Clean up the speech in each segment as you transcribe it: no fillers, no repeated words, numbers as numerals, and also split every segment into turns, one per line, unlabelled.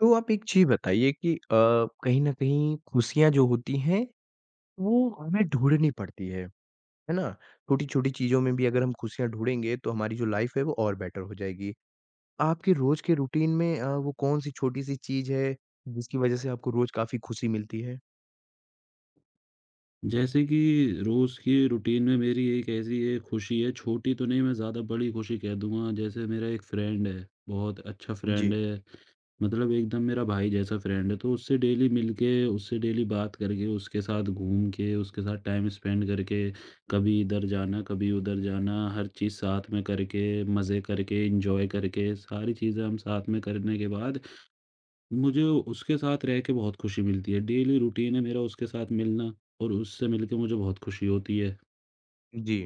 तो आप एक चीज़ बताइए कि कहीं न कहीं खुशियाँ जो होती हैं, वो हमें ढूँढनी पड़ती है ना? छोटी-छोटी चीज़ों में भी अगर हम खुशियाँ ढूँढेंगे तो हमारी जो लाइफ़ है वो और बेटर हो जाएगी। आपके रोज़ के रूटीन में वो कौन-सी छोटी-सी चीज़ है जिसकी वज़ह से आपको रोज़ काफ़ी खुशी मिलती है?
जैसे कि रोज़ की रूटीन में मेरी एक ऐसी है खुशी है, छोटी तो नहीं, मैं ज़्यादा बड़ी खुशी कह दूँगा। जैसे मेरा एक फ्रेंड है, बहुत अच्छा फ्रेंड
जी,
है, मतलब एकदम मेरा भाई जैसा फ्रेंड है। तो उससे डेली मिल के, उससे डेली बात करके, उसके साथ घूम के, उसके साथ टाइम स्पेंड करके, कभी इधर जाना, कभी उधर जाना, हर चीज़ साथ में करके, मज़े करके, एन्जॉय करके, सारी चीज़ें हम साथ में करने के बाद मुझे उसके साथ रह के बहुत खुशी मिलती है। डेली रूटीन है मेरा उसके साथ मिलना, और उससे मिलके मुझे बहुत खुशी होती है।
जी।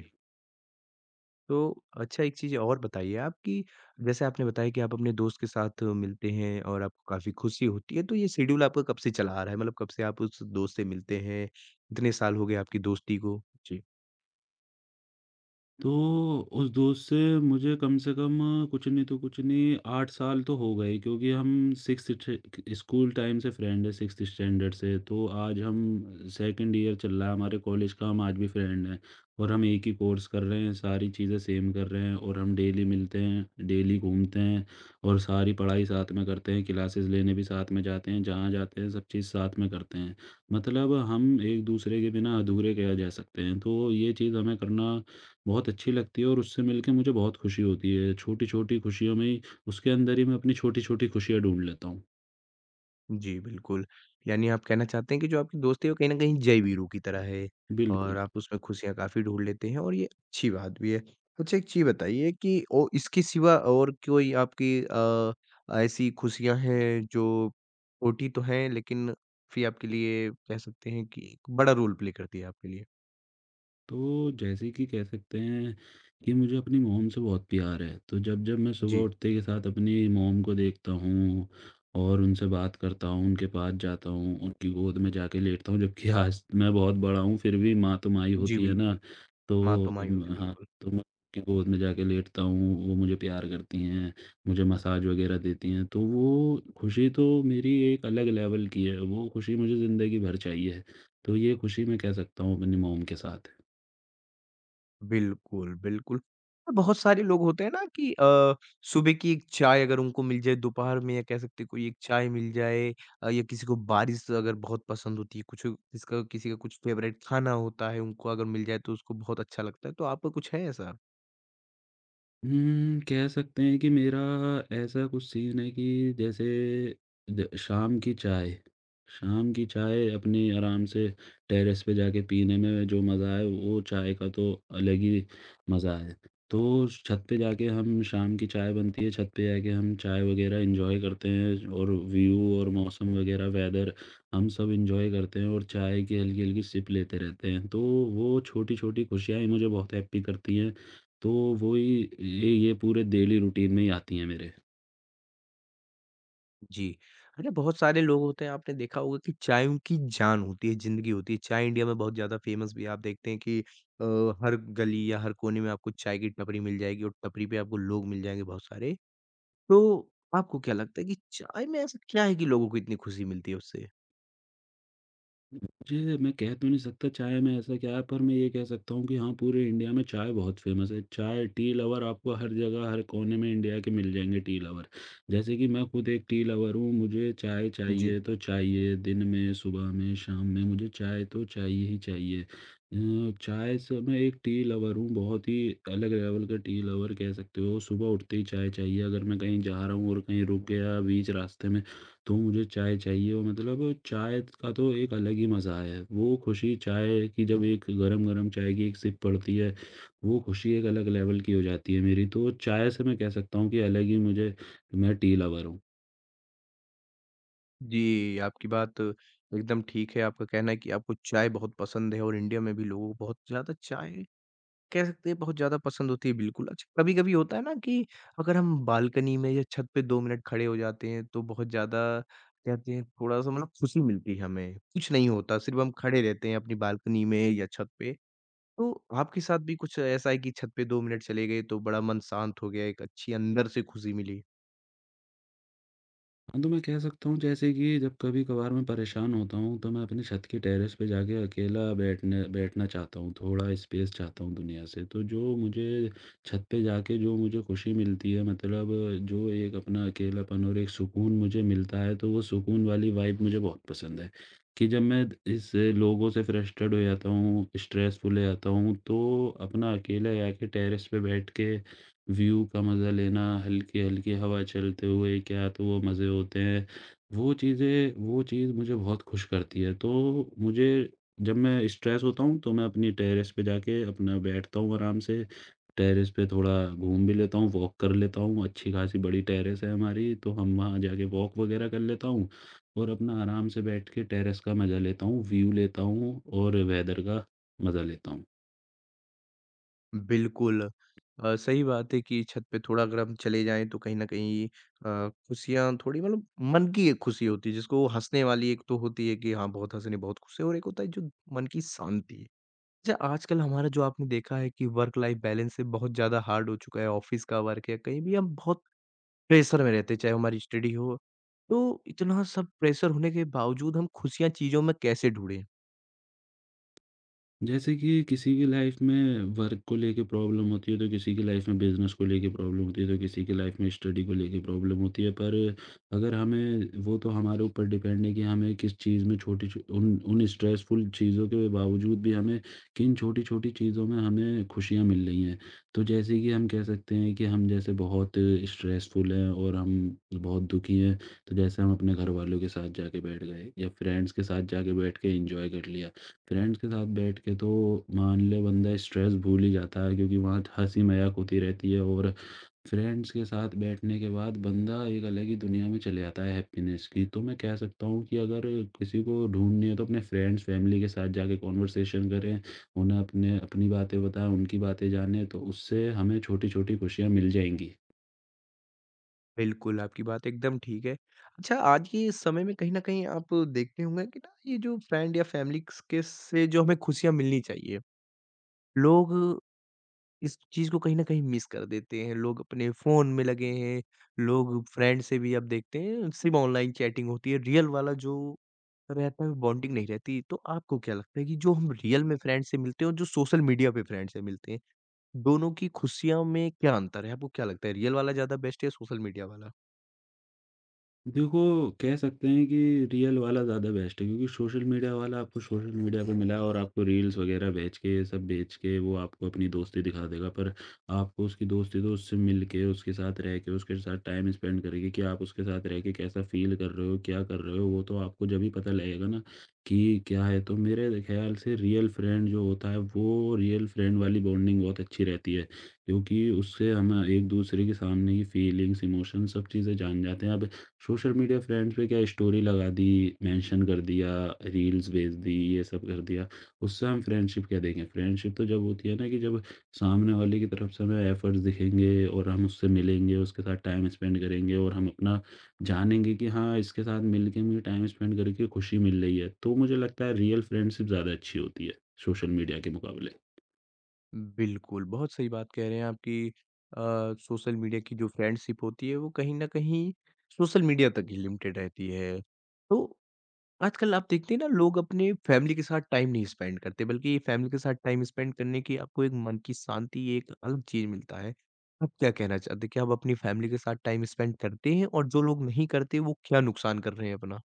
तो अच्छा एक चीज़ और बताइए आप कि जैसे आपने बताया कि आप अपने दोस्त के साथ मिलते हैं और आपको काफ़ी खुशी होती है, तो ये शेड्यूल आपका कब से चला आ रहा है? मतलब कब से आप उस दोस्त से मिलते हैं? कितने साल हो गए आपकी दोस्ती को? जी।
तो उस दोस्त से मुझे कम से कम, कुछ नहीं तो कुछ नहीं, 8 साल तो हो गए, क्योंकि हम स्कूल टाइम से फ्रेंड है, 6th स्टैंडर्ड से। तो आज हम सेकंड ईयर चल रहा है हमारे कॉलेज का, हम आज भी फ्रेंड हैं। और हम एक ही कोर्स कर रहे हैं, सारी चीज़ें सेम कर रहे हैं, और हम डेली मिलते हैं, डेली घूमते हैं, और सारी पढ़ाई साथ में करते हैं, क्लासेस लेने भी साथ में जाते हैं, जहाँ जाते हैं सब चीज़ साथ में करते हैं। मतलब हम एक दूसरे के बिना अधूरे कहा जा सकते हैं। तो ये चीज़ हमें करना बहुत अच्छी लगती है, और उससे मिलके मुझे बहुत खुशी होती है। छोटी-छोटी खुशियों में ही, उसके अंदर ही, मैं अपनी छोटी-छोटी खुशियाँ ढूँढ लेता हूँ।
जी, बिल्कुल। यानी आप कहना चाहते हैं कि जो आपकी दोस्ती है वो कहीं न कहीं जय वीरू की तरह है और
बिल्कुल।
आप उसमें खुशियाँ काफ़ी ढूँढ लेते हैं और ये अच्छी बात भी है। अच्छा, एक चीज़ बताइए कि ओ इसके सिवा और कोई आपकी ऐसी खुशियाँ हैं जो छोटी तो हैं लेकिन फिर आपके लिए कह सकते हैं कि एक बड़ा रोल प्ले करती है आपके लिए?
तो जैसे कि कह सकते हैं कि मुझे अपनी मॉम से बहुत प्यार है। तो जब-जब मैं सुबह
जी।
उठते के साथ अपनी मॉम को देखता हूँ और उनसे बात करता हूँ, उनके पास जाता हूँ, उनकी गोद में जाके लेटता हूँ, जबकि आज मैं बहुत बड़ा हूँ, फिर भी माँ तो माँ ही
जी,
होती है
बिल्कुल।
ना। तो
माँ तो माँ ही होती है,
हाँ,
बिल्कुल।
तो मैं उनकी गोद में जाके लेटता हूँ, वो मुझे प्यार करती हैं, मुझे मसाज वगैरह देती हैं। तो वो खुशी तो मेरी एक अलग लेवल की है, वो खुशी मुझे ज़िंदगी भर चाहिए। तो ये खुशी मैं कह सकता हूँ अपनी मॉम के साथ है।
बिल्कुल, बिल्कुल। और बहुत सारे लोग होते हैं ना कि सुबह की एक चाय अगर उनको मिल जाए दोपहर में या कह सकते हैं कोई एक चाय मिल जाए या किसी को बारिश अगर बहुत पसंद होती है, कुछ जिसका किसी का कुछ फ़ेवरेट खाना होता है उनको अगर मिल जाए तो उसको बहुत अच्छा लगता है, तो आपका कुछ है ऐसा?
कह सकते हैं कि मेरा ऐसा कुछ सीन है कि, जैसे, द शाम की चाय अपनी आराम से टेरेस पे जाके पीने में जो मज़ा है, वो चाय का तो अलग ही मज़ा है। तो छत पे जाके हम शाम की चाय बनती है, छत पे जाके हम चाय वग़ैरह एन्जॉय करते हैं, और व्यू और मौसम वग़ैरह वेदर, हम सब एन्जॉय करते हैं, और चाय की हल्की-हल्की सिप लेते रहते हैं। तो वो छोटी-छोटी खुशियाँ ही मुझे बहुत हैप्पी करती हैं। तो वही, ये पूरे डेली रूटीन में ही आती हैं मेरे।
जी। अरे बहुत सारे लोग होते हैं आपने देखा होगा कि चाय उनकी जान होती है, ज़िंदगी होती है। चाय इंडिया में बहुत ज़्यादा फ़ेमस भी है। आप देखते हैं कि अ, हर गली या हर कोने में आपको चाय की टपरी मिल जाएगी और टपरी पे आपको लोग मिल जाएँगे बहुत सारे। तो आपको क्या लगता है कि चाय में ऐसा क्या है कि लोगों को इतनी खुशी मिलती है उससे?
मुझे मैं कह तो नहीं सकता चाय में ऐसा क्या है, पर मैं ये कह सकता हूँ कि हाँ, पूरे इंडिया में चाय बहुत फ़ेमस है। चाय, टी लवर आपको हर जगह, हर कोने में इंडिया के मिल जाएँगे टी लवर। जैसे कि मैं खुद एक टी लवर हूँ, मुझे चाय
जी।
चाहिए तो चाहिए, दिन में, सुबह में, शाम में, मुझे चाय तो चाहिए ही चाहिए। चाय से मैं एक टी लवर हूँ, बहुत ही अलग लेवल का टी लवर कह सकते हो। सुबह उठते ही चाय चाहिए, अगर मैं कहीं जा रहा हूँ और कहीं रुक गया बीच रास्ते में, तो मुझे चाय चाहिए। और मतलब चाय का तो एक अलग ही मज़ा है। वो खुशी चाय की, जब एक गरम-गरम चाय की एक सिप पड़ती है, वो खुशी एक अलग लेवल की हो जाती है मेरी। तो चाय से मैं कह सकता हूँ कि अलग ही मुझे, मैं टी लवर हूँ।
जी, आपकी बात एकदम ठीक है। आपका कहना है कि आपको चाय बहुत पसंद है और इंडिया में भी लोगों को बहुत ज़्यादा चाय कह सकते हैं बहुत ज़्यादा पसंद होती है, बिल्कुल। अच्छा कभी-कभी होता है ना कि अगर हम बालकनी में या छत पे 2 मिनट खड़े हो जाते हैं तो बहुत ज़्यादा कहते हैं थोड़ा-सा मतलब खुशी मिलती है हमें। कुछ नहीं होता, सिर्फ हम खड़े रहते हैं अपनी बालकनी में या छत पे। तो आपके साथ भी कुछ ऐसा है कि छत पे 2 मिनट चले गए तो बड़ा मन शांत हो गया, एक अच्छी अंदर से खुशी मिली?
हाँ, तो मैं कह सकता हूँ जैसे कि जब कभी-कभार मैं परेशान होता हूँ, तो मैं अपनी छत के टेरेस पे जाके अकेला बैठने बैठना चाहता हूँ, थोड़ा स्पेस चाहता हूँ दुनिया से। तो जो मुझे छत पे जाके जो मुझे खुशी मिलती है, मतलब जो एक अपना अकेलापन और एक सुकून मुझे मिलता है, तो वो सुकून वाली वाइब मुझे बहुत पसंद है। कि जब मैं इस लोगों से फ्रस्ट्रेटेड हो जाता हूँ, स्ट्रेसफुल हो जाता हूँ, तो अपना अकेले जाके टेरेस पे बैठ के व्यू का मज़ा लेना, हल्की-हल्की हवा चलते हुए क्या, तो वो मज़े होते हैं। वो चीज़ मुझे बहुत खुश करती है। तो मुझे, जब मैं स्ट्रेस होता हूँ, तो मैं अपनी टेरेस पे जाके अपना बैठता हूँ आराम से। टेरेस पे थोड़ा घूम भी लेता हूँ, वॉक कर लेता हूँ। अच्छी खासी बड़ी टेरेस है हमारी, तो हम वहाँ जाके वॉक वगैरह कर लेता हूँ, और अपना आराम से बैठ के टेरेस का मज़ा लेता हूँ, व्यू लेता हूँ, और वेदर का मज़ा लेता हूँ।
बिल्कुल। सही बात है कि छत पे थोड़ा अगर हम चले जाएँ तो कहीं न कहीं खुशियाँ थोड़ी मतलब मन की एक खुशी होती है जिसको हँसने वाली एक तो होती है कि हाँ, बहुत हँस रहे हैं, बहुत खुश हैं और एक होता है जो मन की शांति। अच्छा आजकल हमारा जो आपने देखा है कि वर्क लाइफ बैलेंस है बहुत ज़्यादा हार्ड हो चुका है, ऑफ़िस का वर्क है, कहीं भी हम बहुत प्रेशर में रहते हैं, चाहे वो हमारी स्टडी हो। तो इतना सब प्रेशर होने के बावजूद हम खुशियाँ चीज़ों में कैसे ढूँढें?
जैसे कि किसी की लाइफ में वर्क को लेके प्रॉब्लम होती है, तो किसी की लाइफ में बिजनेस को लेके प्रॉब्लम होती है, तो किसी की लाइफ में स्टडी को लेके प्रॉब्लम होती है। पर अगर हमें वो, तो हमारे ऊपर डिपेंड है कि हमें किस चीज़ में उन उन स्ट्रेसफुल चीज़ों के बावजूद भी हमें किन छोटी छोटी चीज़ों में हमें खुशियाँ मिल रही हैं। तो जैसे कि हम कह सकते हैं कि हम जैसे बहुत स्ट्रेसफुल हैं और हम बहुत दुखी हैं, तो जैसे हम अपने घर वालों के साथ जाके बैठ गए, या फ्रेंड्स के साथ जाके बैठ के एंजॉय कर लिया, फ्रेंड्स के साथ बैठ के, तो मान ले बंदा स्ट्रेस भूल ही जाता है, क्योंकि वहाँ हँसी मज़ाक होती रहती है, और फ्रेंड्स के साथ बैठने के बाद बंदा एक अलग ही दुनिया में चले जाता है हैप्पीनेस की। तो मैं कह सकता हूँ कि अगर किसी को ढूँढनी है, तो अपने फ्रेंड्स, फैमिली के साथ जाके कॉन्वर्सेशन करें, उन्हें अपने अपनी बातें बताएँ, उनकी बातें जानें, तो उससे हमें छोटी-छोटी खुशियाँ मिल जाएँगी।
बिल्कुल, आपकी बात एकदम ठीक है। अच्छा, आज के इस समय में कहीं न कहीं आप देखते होंगे कि ना ये जो फ्रेंड या फैमिली स के से जो हमें खुशियाँ मिलनी चाहिए, लोग इस चीज़ को कहीं न कहीं मिस कर देते हैं। लोग अपने फ़ोन में लगे हैं, लोग फ्रेंड से भी अब देखते हैं सिर्फ़ ऑनलाइन चैटिंग होती है, रियल वाला जो रहता है वो बॉन्डिंग नहीं रहती। तो आपको क्या लगता है कि जो हम रियल में फ्रेंड से मिलते हैं और जो सोशल मीडिया पे फ्रेंड से मिलते हैं, दोनों की खुशियों में क्या अंतर है? आपको क्या लगता है रियल वाला ज़्यादा बेस्ट है या सोशल मीडिया वाला?
देखो, कह सकते हैं कि रियल वाला ज़्यादा बेस्ट है, क्योंकि सोशल मीडिया वाला आपको सोशल मीडिया पे मिला है, और आपको रील्स वगैरह बेच के, ये सब बेच के, वो आपको अपनी दोस्ती दिखा देगा। पर आपको उसकी दोस्ती तो उससे मिल के, उसके साथ रह के, उसके साथ टाइम स्पेंड करेंगे, कि आप उसके साथ रह के कैसा फ़ील कर रहे हो, क्या कर रहे हो, वो तो आपको जब ही पता लगेगा ना, कि क्या है। तो मेरे ख़्याल से रियल फ्रेंड जो होता है, वो रियल फ्रेंड वाली बॉन्डिंग बहुत अच्छी रहती है, क्योंकि उससे हम एक-दूसरे के सामने की फीलिंग्स, इमोशंस, सब चीज़ें जान जाते हैं। अब सोशल मीडिया फ्रेंड्स पे क्या, स्टोरी लगा दी, मेंशन कर दिया, रील्स भेज दी, ये सब कर दिया। उससे हम फ्रेंडशिप क्या देखें? फ्रेंडशिप तो जब होती है ना, कि जब सामने वाले की तरफ से हमें एफर्ट्स दिखेंगे, और हम उससे मिलेंगे, उसके साथ टाइम स्पेंड करेंगे, और हम अपना जानेंगे कि हाँ, इसके साथ मिल के मुझे टाइम स्पेंड करके खुशी मिल रही है। तो मुझे लगता है रियल फ्रेंडशिप ज़्यादा अच्छी होती है, सोशल मीडिया के मुकाबले।
बिल्कुल, बहुत सही बात कह रहे हैं आप कि अ, सोशल मीडिया की जो फ्रेंडशिप होती है वो कहीं न कहीं सोशल मीडिया तक ही लिमिटेड रहती है। तो आजकल आप देखते हैं ना लोग अपने फैमिली के साथ टाइम नहीं स्पेंड करते बल्कि फैमिली के साथ टाइम स्पेंड करने की आपको एक मन की शांति एक अलग चीज मिलता है। आप क्या कहना चाहते हैं कि आप अपनी फैमिली के साथ टाइम स्पेंड करते हैं और जो लोग नहीं करते वो क्या नुकसान कर रहे हैं अपना?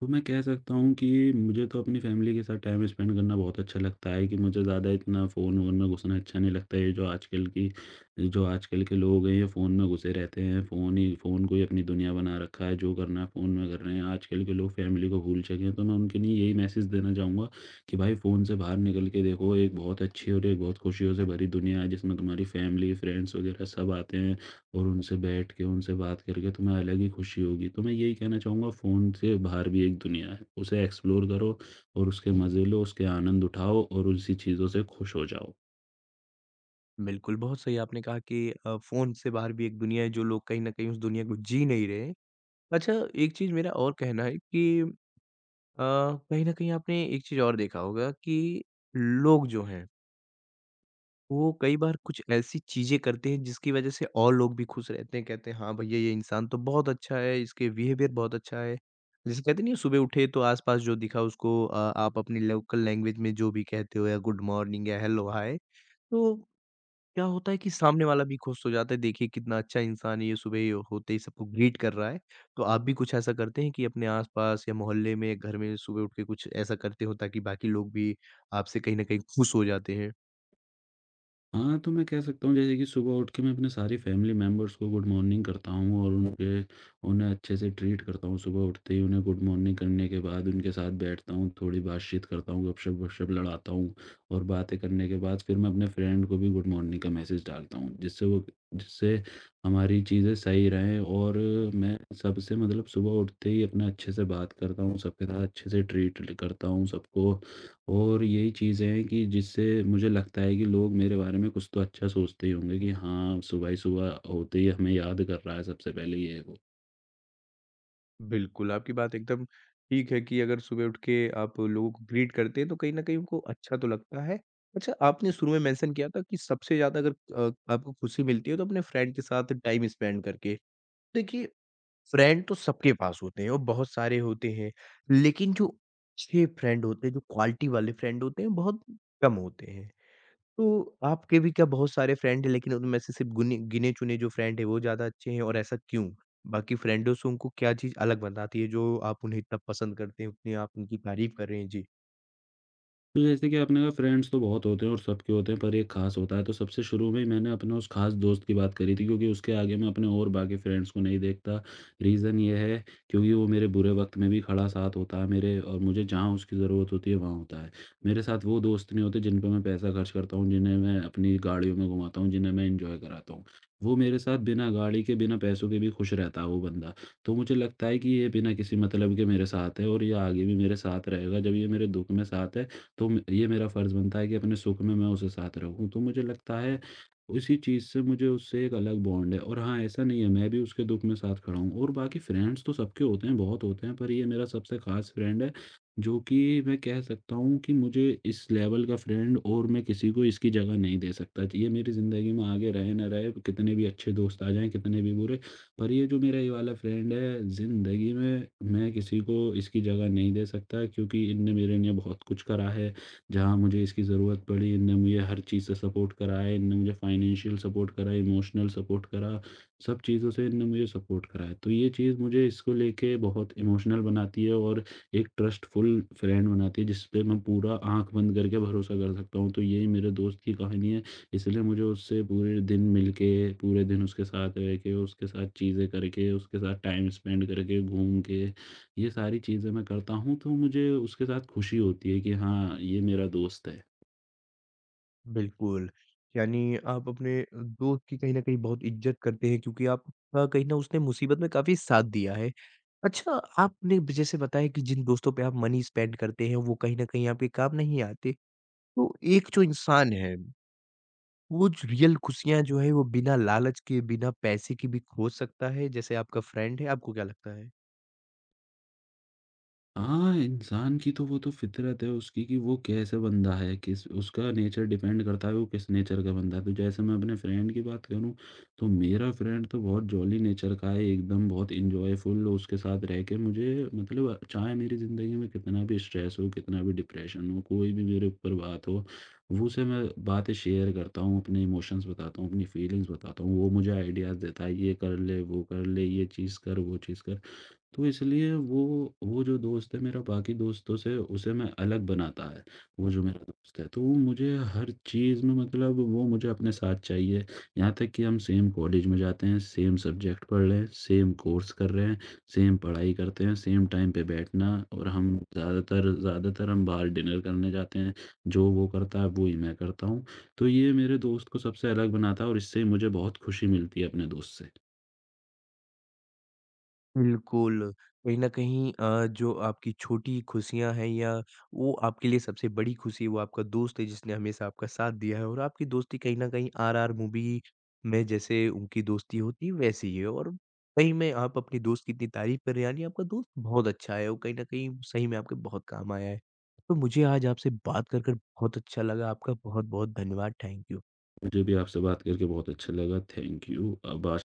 तो मैं कह सकता हूँ कि मुझे तो अपनी फैमिली के साथ टाइम स्पेंड करना बहुत अच्छा लगता है, कि मुझे ज़्यादा इतना फ़ोन वोन में घुसना अच्छा नहीं लगता है। ये जो आजकल की जो आजकल के लोग हैं, ये फ़ोन में घुसे रहते हैं। फ़ोन को ही अपनी दुनिया बना रखा है। जो करना है फ़ोन में कर रहे हैं। आजकल के लोग फैमिली को भूल चुके हैं। तो मैं उनके लिए यही मैसेज देना चाहूँगा, कि भाई, फ़ोन से बाहर निकल के देखो। एक बहुत अच्छी और एक बहुत खुशियों से भरी दुनिया है, जिसमें तुम्हारी फैमिली, फ्रेंड्स वगैरह सब आते हैं। और उनसे बैठ के, उनसे बात करके, तुम्हें अलग ही खुशी होगी। तो मैं यही कहना चाहूँगा, फ़ोन से बाहर भी एक दुनिया है, उसे एक्सप्लोर करो, और उसके मज़े लो, उसके आनंद उठाओ, और उसी चीज़ों से खुश हो जाओ।
बिल्कुल, बहुत सही आपने कहा कि फोन से बाहर भी एक दुनिया है जो लोग कहीं ना कहीं उस दुनिया को जी नहीं रहे। अच्छा, एक चीज मेरा और कहना है कि कहीं ना कहीं आपने एक चीज और देखा होगा कि लोग जो हैं वो कई बार कुछ ऐसी चीज़ें करते हैं जिसकी वज़ह से और लोग भी खुश रहते हैं, कहते हैं हाँ भैया ये इंसान तो बहुत अच्छा है, इसके बिहेवियर बहुत अच्छा है। जैसे कहते नहीं है सुबह उठे तो आस-पास जो दिखा उसको आप अपनी लोकल लैंग्वेज में जो भी कहते हो या गुड मॉर्निंग या हेलो हाय, तो क्या होता है कि सामने वाला भी खुश हो जाता है, देखिए कितना अच्छा इंसान है ये सुबह ही होते ही सबको ग्रीट कर रहा है। तो आप भी कुछ ऐसा करते हैं कि अपने आस-पास या मोहल्ले में, घर में सुबह उठ के कुछ ऐसा करते हो ताकि बाकी लोग भी आपसे कहीं न कहीं खुश हो जाते हैं?
हाँ, तो मैं कह सकता हूँ जैसे कि सुबह उठ के मैं अपने सारी फैमिली मेंबर्स को गुड मॉर्निंग करता हूँ, और उनके उन्हें अच्छे से ट्रीट करता हूँ। सुबह उठते ही उन्हें गुड मॉर्निंग करने के बाद उनके साथ बैठता हूँ, थोड़ी बातचीत करता हूँ, गपशप-वपशप लड़ाता हूँ, और बातें करने के बाद फिर मैं अपने फ्रेंड को भी गुड मॉर्निंग का मैसेज डालता हूँ। जिससे हमारी चीज़ें सही रहें। और मैं सबसे, मतलब सुबह उठते ही अपना अच्छे से बात करता हूँ, सबके साथ अच्छे से ट्रीट ल करता हूँ सबको, और यही चीज़ें हैं, कि जिससे मुझे लगता है कि लोग मेरे बारे में कुछ तो अच्छा सोचते ही होंगे कि हाँ, सुबह ही सुबह होते ही हमें याद कर रहा है सबसे पहले ये वो।
बिल्कुल, आपकी बात एकदम ठीक है कि अगर सुबह उठ के आप लोगों को ग्रीट करते हैं तो कहीं न कहीं उनको अच्छा तो लगता है। अच्छा, आपने शुरू में मेंशन किया था कि सबसे ज़्यादा अगर आपको खुशी मिलती है तो अपने फ्रेंड के साथ टाइम स्पेंड करके। देखिए, फ्रेंड तो सबके पास होते हैं और बहुत सारे होते हैं, लेकिन जो अच्छे फ्रेंड होते हैं, जो क्वालिटी वाले फ्रेंड होते हैं बहुत कम होते हैं। तो आपके भी क्या बहुत सारे फ्रेंड हैं लेकिन उनमें से सिर्फ़ गुने गिने-चुने जो फ्रेंड हैं वो ज़्यादा अच्छे हैं और ऐसा क्यों? बाकी फ्रेंडों से उनको क्या चीज़ अलग बनाती है जो आप उन्हें इतना पसंद करते हैं, उतनी आप उनकी तारीफ़ कर रहे हैं? जी,
तो जैसे कि आपने कहा, फ्रेंड्स तो बहुत होते हैं और सबके होते हैं, पर एक खास होता है। तो सबसे शुरू में ही मैंने अपने उस खास दोस्त की बात करी थी, क्योंकि उसके आगे मैं अपने और बाकी फ्रेंड्स को नहीं देखता। रीज़न ये है, क्योंकि वो मेरे बुरे वक़्त में भी खड़ा साथ होता है मेरे, और मुझे जहाँ उसकी ज़रूरत होती है वहाँ होता है। मेरे साथ वो दोस्त नहीं होते जिन पे मैं पैसा खर्च करता हूँ, जिन्हें मैं अपनी गाड़ियों में घुमाता हूँ, जिन्हें मैं एन्जॉय कराता हूँ। वो मेरे साथ बिना गाड़ी के, बिना पैसों के भी खुश रहता है वो बंदा। तो मुझे लगता है कि ये बिना किसी मतलब के मेरे साथ है, और ये आगे भी मेरे साथ रहेगा। जब ये मेरे दुःख में साथ है, तो म ये मेरा फ़र्ज़ बनता है कि अपने सुख में मैं उसके साथ रहूँ। तो मुझे लगता है उसी चीज़ से मुझे उससे एक अलग बॉन्ड है। और हाँ, ऐसा नहीं है, मैं भी उसके दुःख में साथ खड़ा हूँ। और बाकी फ्रेंड्स तो सबके होते हैं, बहुत होते हैं, पर ये मेरा सबसे ख़ास फ्रेंड है, जो कि मैं कह सकता हूँ कि मुझे इस लेवल का फ्रेंड और मैं किसी को इसकी जगह नहीं दे सकता। ये मेरी ज़िंदगी में आगे रहे ना रहे, कितने भी अच्छे दोस्त आ जाएँ, कितने भी बुरे, पर ये जो मेरा ये वाला फ्रेंड है, ज़िंदगी में मैं किसी को इसकी जगह नहीं दे सकता, क्योंकि इनने मेरे लिए बहुत कुछ करा है। जहाँ मुझे इसकी ज़रूरत पड़ी, इनने मुझे हर चीज़ से सपोर्ट करा है, इनने मुझे फाइनेंशियल सपोर्ट करा, इमोशनल सपोर्ट करा, सब चीज़ों से इनने मुझे सपोर्ट करा है। तो ये चीज़ मुझे इसको लेके बहुत इमोशनल बनाती है, और एक ट्रस्टफुल फ्रेंड बनाती है, जिस पे मैं पूरा आँख बंद करके भरोसा कर सकता हूँ। तो यही मेरे दोस्त की कहानी है। इसलिए मुझे उससे पूरे दिन मिलके, पूरे दिन उसके साथ रह के, उसके साथ चीज़ें करके, उसके साथ टाइम स्पेंड करके, घूम के, ये सारी चीज़ें मैं करता हूँ, तो मुझे उसके साथ खुशी होती है कि हाँ, ये मेरा दोस्त है।
बिल्कुल। यानी आप अपने दोस्त की कहीं न कहीं बहुत इज़्ज़त करते हैं क्योंकि आपका कहीं न उसने मुसीबत में काफ़ी साथ दिया है। अच्छा, आपने ब जैसे बताया कि जिन दोस्तों पे आप मनी स्पेंड करते हैं वो कहीं न कहीं आपके काम नहीं आते, तो एक जो इंसान है वो जो रियल खुशियाँ जो है वो बिना लालच के, बिना पैसे के भी खोज सकता है, जैसे आपका फ्रेंड है, आपको क्या लगता है?
हाँ, इंसान की तो वो तो फितरत है उसकी, कि वो कैसे बंदा है, किस उसका नेचर डिपेंड करता है वो किस नेचर का बंदा है। तो जैसे मैं अपने फ्रेंड की बात करूँ, तो मेरा फ्रेंड तो बहुत जॉली नेचर का है एकदम, बहुत एन्जॉयफुल, उसके साथ रह के मुझे, मतलब चाहे मेरी ज़िंदगी में कितना भी स्ट्रेस हो, कितना भी डिप्रेशन हो, कोई भी मेरे ऊपर बात हो, वो से मैं बातें शेयर करता हूँ, अपने इमोशंस बताता हूँ, अपनी फीलिंग्स बताता हूँ। वो मुझे आइडियाज़ देता है, ये कर ले, वो कर ले, ये चीज़ कर, वो चीज़ कर। तो इसलिए वो जो दोस्त है मेरा बाकी दोस्तों से उसे मैं अलग बनाता है, वो जो मेरा दोस्त है। तो वो मुझे हर चीज़ में, मतलब वो मुझे अपने साथ चाहिए, यहाँ तक कि हम सेम कॉलेज में जाते हैं, सेम सब्जेक्ट पढ़ रहे हैं, सेम कोर्स कर रहे हैं, सेम पढ़ाई करते हैं, सेम टाइम पे बैठना, और हम ज़्यादातर ज़्यादातर हम बाहर डिनर करने जाते हैं, जो वो करता है वो ही मैं करता हूँ। तो ये मेरे दोस्त को सबसे अलग बनाता है, और इससे मुझे बहुत खुशी मिलती है अपने दोस्त से।
बिल्कुल, कहीं न कहीं जो आपकी छोटी खुशियाँ हैं या वो आपके लिए सबसे बड़ी खुशी वो आपका दोस्त है जिसने हमेशा आपका साथ दिया है और आपकी दोस्ती कहीं न कहीं आरआर मूवी में जैसे उनकी दोस्ती होती है वैसी ही है और सही में आप अपने दोस्त की इतनी तारीफ़ कर रहे हैं यानी आपका दोस्त बहुत अच्छा है और कहीं न कहीं सही में आपके बहुत काम आया है। तो मुझे आज आपसे बात कर बहुत अच्छा लगा। आपका बहुत-बहुत धन्यवाद। Thank you.
मुझे भी आपसे बात करके बहुत अच्छा लगा। Thank you. अब आज